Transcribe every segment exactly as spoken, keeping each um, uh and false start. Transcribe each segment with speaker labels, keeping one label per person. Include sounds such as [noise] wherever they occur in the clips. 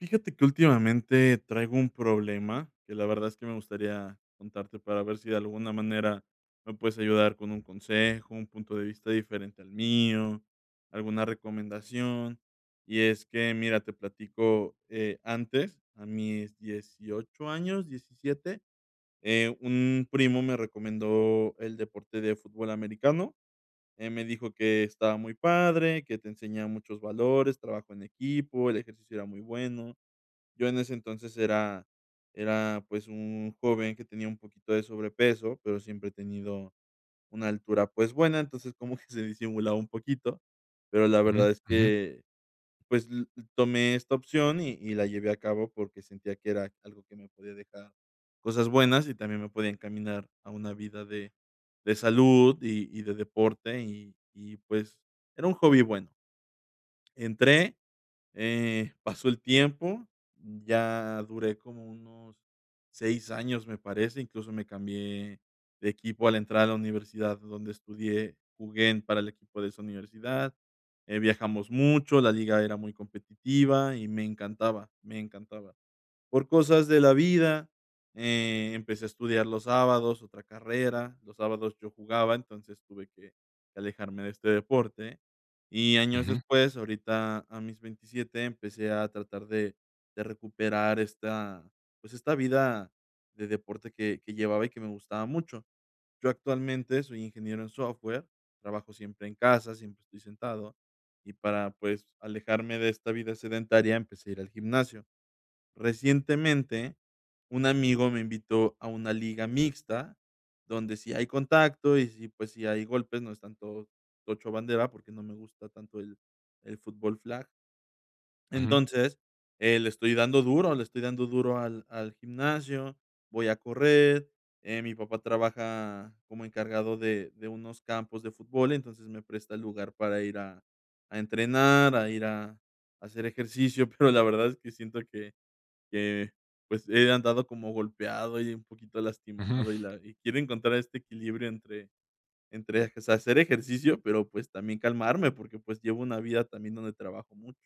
Speaker 1: Fíjate que últimamente traigo un problema que la verdad es que me gustaría contarte para ver si de alguna manera me puedes ayudar con un consejo, un punto de vista diferente al mío, alguna recomendación. Y es que, mira, te platico, eh, antes, a mis dieciocho años, diecisiete, eh, un primo me recomendó el deporte de fútbol americano. Eh, me dijo que estaba muy padre, que te enseñaba muchos valores, trabajo en equipo, el ejercicio era muy bueno. Yo en ese entonces era era, pues, un joven que tenía un poquito de sobrepeso, pero siempre he tenido una altura, pues, buena, entonces como que se disimulaba un poquito, pero la
Speaker 2: Ujú,
Speaker 1: verdad es
Speaker 2: ujú,
Speaker 1: que, pues, l tomé esta opción y y la llevé a cabo porque sentía que era algo que me podía dejar cosas buenas y también me podía encaminar a una vida de de salud y y de deporte y y, pues, era un hobby bueno. Entré eh, pasó el tiempo, ya duré como unos seis años, me parece, incluso me cambié de equipo al entrar a la universidad donde estudié, jugué en para el equipo de esa universidad, eh, viajamos mucho, la liga era muy competitiva y me encantaba, me encantaba. Por cosas de la vida, eh, empecé a estudiar los sábados, otra carrera. Los sábados yo jugaba, entonces tuve que alejarme de este deporte. Y años
Speaker 2: ujú,
Speaker 1: después, ahorita a mis veintisiete empecé a tratar de de recuperar esta, pues, esta vida de deporte que que llevaba y que me gustaba mucho. Yo actualmente soy ingeniero en software, trabajo siempre en casa, siempre estoy sentado, y para, pues, alejarme de esta vida sedentaria, empecé a ir al gimnasio. Recientemente, un amigo me invitó a una liga mixta, donde sí hay contacto y sí, pues, sí hay golpes, no es tanto tocho bandera, porque no me gusta tanto el el fútbol flag.
Speaker 2: ujú,
Speaker 1: Entonces, eh, le estoy dando duro, le estoy dando duro al al gimnasio, voy a correr, eh, mi papá trabaja como encargado de de unos campos de fútbol, entonces me presta el lugar para ir a a entrenar, a ir a a hacer ejercicio, [laughs] pero la verdad es que siento que que, pues, he andado como golpeado y un poquito
Speaker 2: ujú.
Speaker 1: lastimado, y la y quiero encontrar este equilibrio entre entre, pues, hacer ejercicio, pero, pues, también calmarme, porque, pues, llevo una vida también donde trabajo mucho.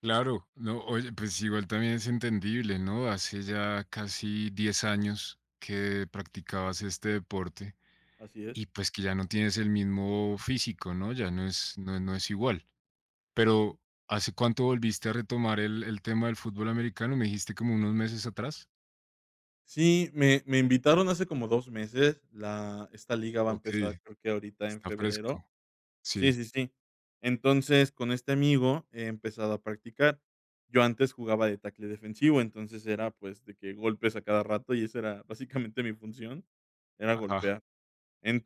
Speaker 2: Claro, no, oye, pues igual también es entendible, ¿no? Hace ya casi diez años que practicabas este deporte
Speaker 1: Así es.
Speaker 2: y pues que ya no tienes el mismo físico, ¿no? Ya no es, no, no es igual. Pero, ¿hace cuánto volviste a retomar el, el tema del fútbol americano? Me dijiste como unos meses atrás.
Speaker 1: Sí, me me invitaron hace como dos meses, la esta liga va a
Speaker 2: Ok,
Speaker 1: empezar, creo que ahorita en
Speaker 2: está
Speaker 1: febrero.
Speaker 2: fresco.
Speaker 1: Sí,
Speaker 2: Sí,
Speaker 1: sí, sí. Entonces, con este amigo he empezado a practicar. Yo antes jugaba de tackle defensivo, entonces era, pues, de que golpes a cada rato, y esa era básicamente mi función, era
Speaker 2: ajá,
Speaker 1: golpear.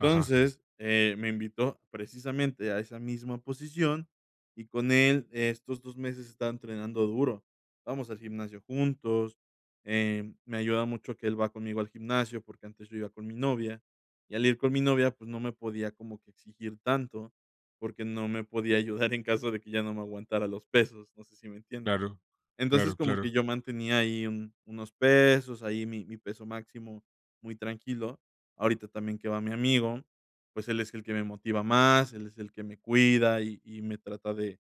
Speaker 2: ajá,
Speaker 1: eh, me invitó precisamente a esa misma posición y con él eh, estos dos meses he estado entrenando duro. Vamos al gimnasio juntos, eh, me ayuda mucho que él va conmigo al gimnasio, porque antes yo iba con mi novia, y al ir con mi novia, pues, no me podía como que exigir tanto, porque no me podía ayudar en caso de que ya no me aguantara los pesos, no sé si me entiendes.
Speaker 2: claro,
Speaker 1: Entonces,
Speaker 2: claro,
Speaker 1: como que
Speaker 2: claro,
Speaker 1: yo mantenía ahí un unos pesos, ahí mi mi peso máximo muy tranquilo. Ahorita también que va mi amigo, pues él es el que me motiva más, él es el que me cuida y y me trata de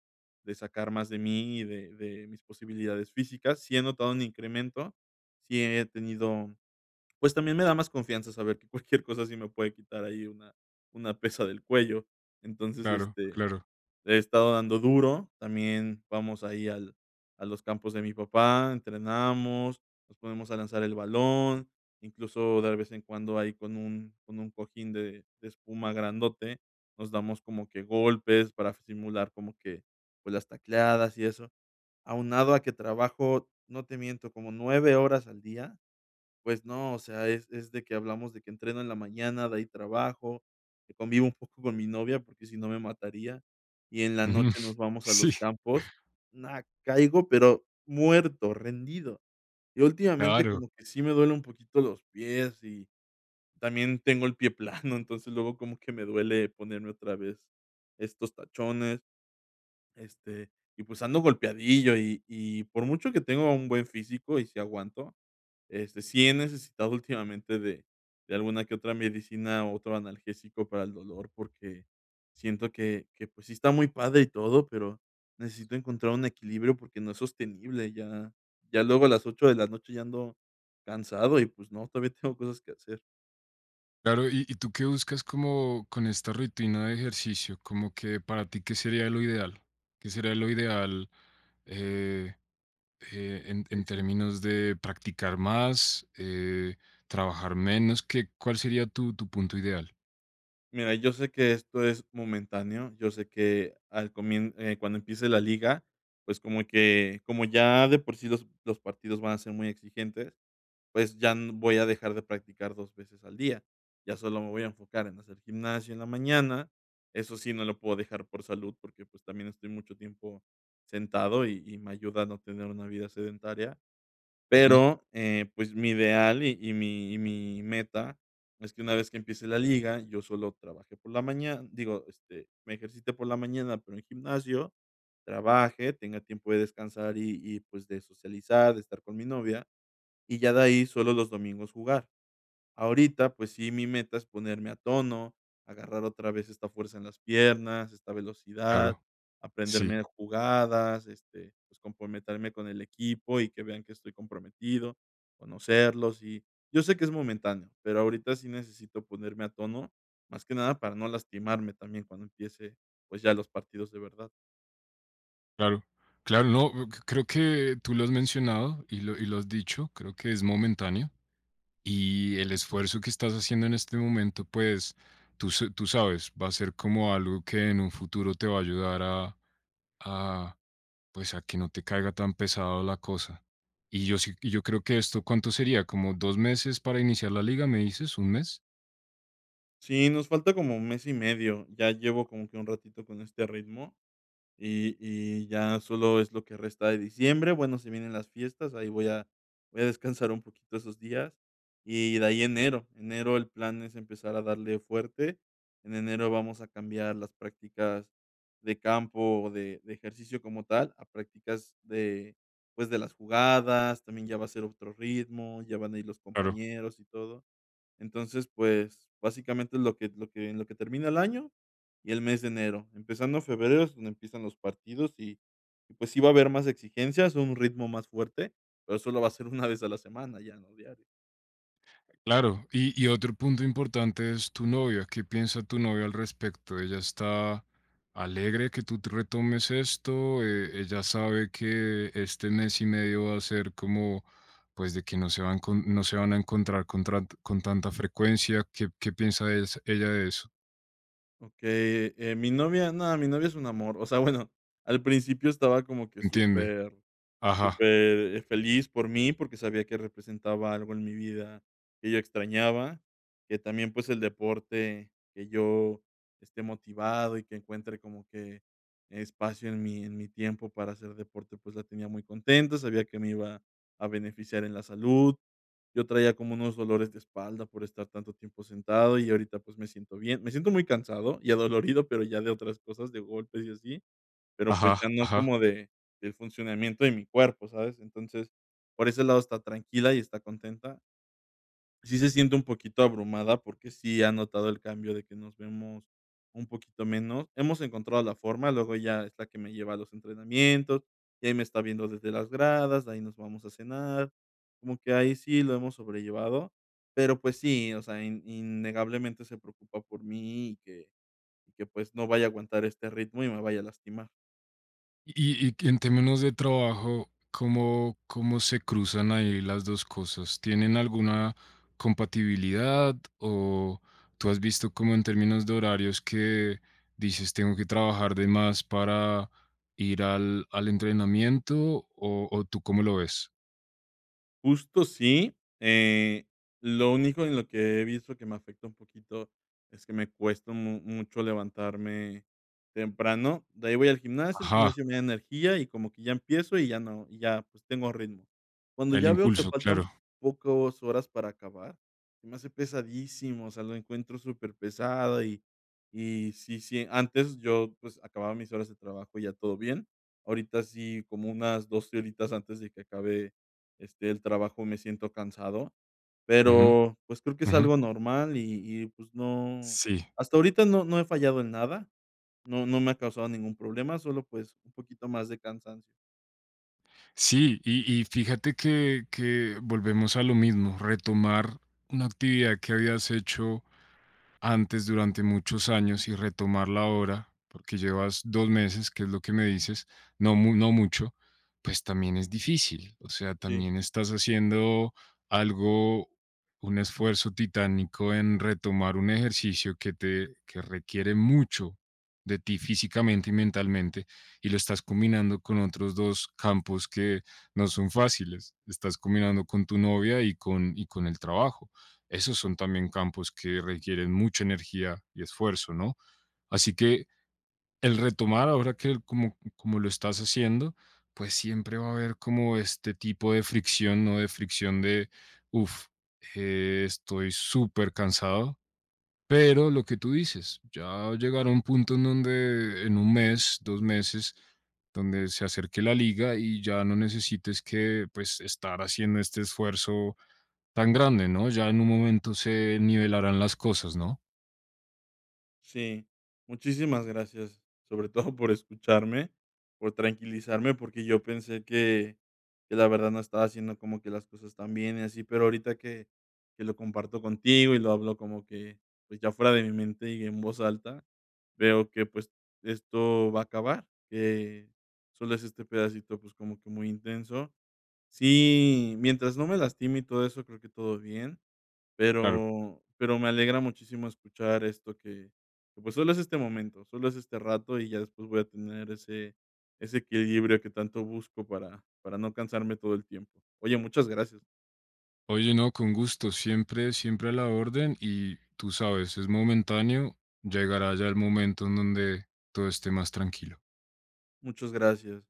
Speaker 1: de sacar más de mí y de de mis posibilidades físicas. Sí he notado un incremento, sí he tenido pues también me da más confianza saber que cualquier cosa sí me puede quitar ahí una una pesa del cuello. Entonces,
Speaker 2: claro,
Speaker 1: este
Speaker 2: claro.
Speaker 1: le he estado dando duro, también vamos ahí al a los campos de mi papá, entrenamos, nos ponemos a lanzar el balón, incluso de vez en cuando ahí con un con un cojín de de espuma grandote, nos damos como que golpes para simular como que, pues, las tacleadas y eso, aunado a que trabajo, no te miento, como nueve horas al día. Pues no, o sea, es es de que hablamos de que entreno en la mañana, de ahí trabajo, que convivo un poco con mi novia, porque si no me mataría, y en la
Speaker 2: Ujú,
Speaker 1: noche nos
Speaker 2: [laughs]
Speaker 1: vamos a
Speaker 2: sí,
Speaker 1: los campos. Na, caigo, pero muerto, rendido. Y últimamente
Speaker 2: claro.
Speaker 1: como que sí me duele un poquito los pies y también tengo el pie plano, [laughs] entonces luego como que me duele ponerme otra vez estos tachones, este, y pues ando golpeadillo y y por mucho que tengo un buen físico y si aguanto este, sí he necesitado últimamente de de alguna que otra medicina, o otro analgésico para el dolor, porque siento que que, pues, sí está muy padre y todo, pero necesito encontrar un equilibrio porque no es sostenible. Ya ya luego a las ocho de la noche ya ando cansado y, pues, no, todavía [laughs] tengo cosas que hacer.
Speaker 2: Claro, ¿y, y tú qué buscas como con esta rutina de ejercicio? Como que para ti, ¿qué sería lo ideal? ¿Qué sería lo ideal eh, eh, en,
Speaker 1: Sí,
Speaker 2: en
Speaker 1: sí.
Speaker 2: términos de practicar más, eh, trabajar menos? ¿Qué, cuál sería tu, tu punto ideal?
Speaker 1: Mira, yo sé que esto es momentáneo, yo sé que al comien eh, cuando empiece la liga, pues, como que como ya de por sí los los partidos van a ser muy exigentes, pues, ya n voy a dejar de practicar dos veces al día. Ya solo me voy a enfocar en hacer gimnasio en la mañana. Eso sí, no lo puedo dejar por salud, porque, pues, también estoy mucho tiempo sentado y y me ayuda a no tener una vida sedentaria.
Speaker 2: Ujú,
Speaker 1: Pero, eh, pues, mi ideal y y mi y mi meta es que una vez que empiece la liga, yo solo trabaje por la mañana digo, este, me ejercite por la mañana, pero en gimnasio, trabaje, tenga tiempo de descansar y y, pues, de socializar, de estar con mi novia, y ya de ahí solo los domingos jugar. Ahorita, pues sí, mi meta es ponerme a tono, agarrar otra vez esta fuerza en las piernas, esta velocidad,
Speaker 2: claro, sí,
Speaker 1: aprenderme jugadas, este, pues comprometerme con el equipo y que vean que estoy comprometido, conocerlos y yo sé que es momentáneo, pero ahorita sí necesito ponerme a tono, más que nada para no lastimarme también cuando empiece, pues ya los partidos de verdad.
Speaker 2: claro. Claro, no, c- creo que tú lo has mencionado y lo, y lo has dicho, creo que es momentáneo. Y el esfuerzo que estás haciendo en este momento, pues tú, s- tú sabes, va a ser como algo que en un futuro te va a ayudar a, a, pues a que no te caiga tan pesado la cosa. Y yo sí, y yo creo que esto, ¿cuánto sería? ¿Como dos meses para iniciar la liga, me dices? ¿Un mes?
Speaker 1: Sí, nos falta como un mes y medio, ya llevo como que un ratito con este ritmo. Y y ya solo es lo que resta de diciembre. Bueno, se vienen las fiestas, ahí voy a voy a descansar un poquito esos días. Y de ahí enero. Enero el plan es empezar a darle fuerte. En enero vamos a cambiar las prácticas de campo, de de ejercicio como tal, a prácticas de, pues, de las jugadas, también ya va a ser otro ritmo, ya van a ir los
Speaker 2: Claro.
Speaker 1: compañeros y todo. Entonces, pues, básicamente es lo que lo que en lo que termina el año y el mes de enero. Empezando febrero es donde empiezan los partidos y y, pues, sí va a haber más exigencias, un ritmo más fuerte, pero solo va a ser una [laughs] vez a la semana, ya no diario.
Speaker 2: Claro. Y, y otro punto importante es tu novia. ¿Qué piensa tu novia al respecto? Ella está alegre que tú te retomes esto. eh, ella sabe que este mes y medio va a ser como, pues, de que no se van, con- no se van a encontrar con, tra- con tanta frecuencia. ¿Qué, qué piensa es- ella de eso?
Speaker 1: Okey, eh, mi novia no, mi novia es un amor. O sea, bueno, al principio estaba como que
Speaker 2: ¿Entiende?
Speaker 1: súper
Speaker 2: Ajá,
Speaker 1: súper, eh, feliz por mí, porque sabía que representaba algo en mi vida que yo extrañaba, que también, pues, el deporte, que yo esté motivado y que encuentre como que espacio en mi en mi tiempo para hacer deporte, pues, la tenía muy contenta, sabía que me iba a beneficiar en la salud. Yo traía como unos dolores de espalda por estar tanto tiempo sentado y ahorita, pues, me siento bien. Me siento muy cansado y adolorido, pero ya de otras cosas, de golpes y así, pero, pues, ya
Speaker 2: ajá,
Speaker 1: no
Speaker 2: ajá.
Speaker 1: como de del funcionamiento de mi cuerpo, ¿sabes? Entonces, por ese lado está tranquila y está contenta. Sí se siente un poquito abrumada, porque sí ha notado el cambio de que nos vemos un poquito menos. Hemos encontrado la forma, luego ella es la que me lleva a los entrenamientos, y ahí me está viendo desde las gradas, de ahí nos vamos a cenar, como que ahí sí lo hemos sobrellevado, pero pues sí, o sea, in innegablemente se preocupa por mí y que y que, pues, no vaya a aguantar este ritmo y me vaya a lastimar.
Speaker 2: Y, y en términos de trabajo, ¿cómo, cómo se cruzan ahí las dos cosas? ¿Tienen alguna compatibilidad o tú has visto como en términos de horarios que dices tengo que trabajar de más para ir al, al entrenamiento o, o tú cómo lo ves?
Speaker 1: Justo sí, eh, lo único en lo que he visto que me afecta un poquito es que me cuesta mu mucho levantarme temprano. De ahí voy al gimnasio, el
Speaker 2: Ajá,
Speaker 1: gimnasio me da energía y como que ya empiezo y ya no y ya, pues, tengo ritmo. Cuando
Speaker 2: el
Speaker 1: ya veo que
Speaker 2: impulso,
Speaker 1: faltan
Speaker 2: claro.
Speaker 1: pocos horas para acabar, se me hace pesadísimo, o sea, lo encuentro súper superpesado y y sí, sí, antes yo, pues, acababa mis horas de trabajo y ya todo bien. Ahorita sí, como unas doce horitas antes de que acabe este, el trabajo me siento cansado,
Speaker 2: Ujú,
Speaker 1: pero, pues, creo que es
Speaker 2: ujú.
Speaker 1: algo normal y y, pues, no
Speaker 2: Sí,
Speaker 1: hasta ahorita no no he fallado en nada, no no me ha causado ningún problema, solo, pues, un poquito más de cansancio.
Speaker 2: sí, y, y fíjate que, que volvemos a lo mismo, retomar una actividad que habías hecho antes durante muchos años y retomarla ahora, porque llevas dos meses, que es lo que me dices, no, mu- no mucho, pues también es difícil. O sea,
Speaker 1: Sí.
Speaker 2: también estás haciendo algo, un esfuerzo titánico en retomar un ejercicio que te que requiere mucho de ti físicamente y mentalmente, y lo estás combinando con otros dos campos que no son fáciles. Estás combinando con tu novia y con, y con el trabajo. Esos son también campos que requieren mucha energía y esfuerzo, ¿no? Así que el retomar ahora que como, como lo estás haciendo, pues siempre va a haber como este tipo de fricción, ¿no? De fricción de, uff, estoy súper cansado, pero lo que tú dices, ya llegará un punto en donde en un mes, dos meses, donde se acerque la liga y ya no necesites que pues estar haciendo este esfuerzo tan grande, ¿no? Ya en un momento se nivelarán las cosas, ¿no?
Speaker 1: Sí, muchísimas gracias, sobre todo por escucharme, por tranquilizarme, porque yo pensé que que la verdad no estaba haciendo como que las cosas tan bien y así, pero ahorita que que lo comparto contigo y lo hablo como que, pues, ya fuera de mi mente y en voz alta, veo que, pues, esto va a acabar, que solo es este pedacito, pues, como que muy intenso. Sí, mientras no me lastime y todo eso, creo que todo bien.
Speaker 2: Claro.
Speaker 1: Pero pero me alegra muchísimo escuchar esto que que, pues, solo es este momento, solo es este rato, y ya después voy a tener ese ese equilibrio que tanto busco para para no cansarme todo el tiempo. Oye, muchas gracias.
Speaker 2: Oye, no, con gusto, siempre, siempre a la orden y tú sabes, es momentáneo, llegará ya el momento en donde todo esté más tranquilo.
Speaker 1: Muchas gracias.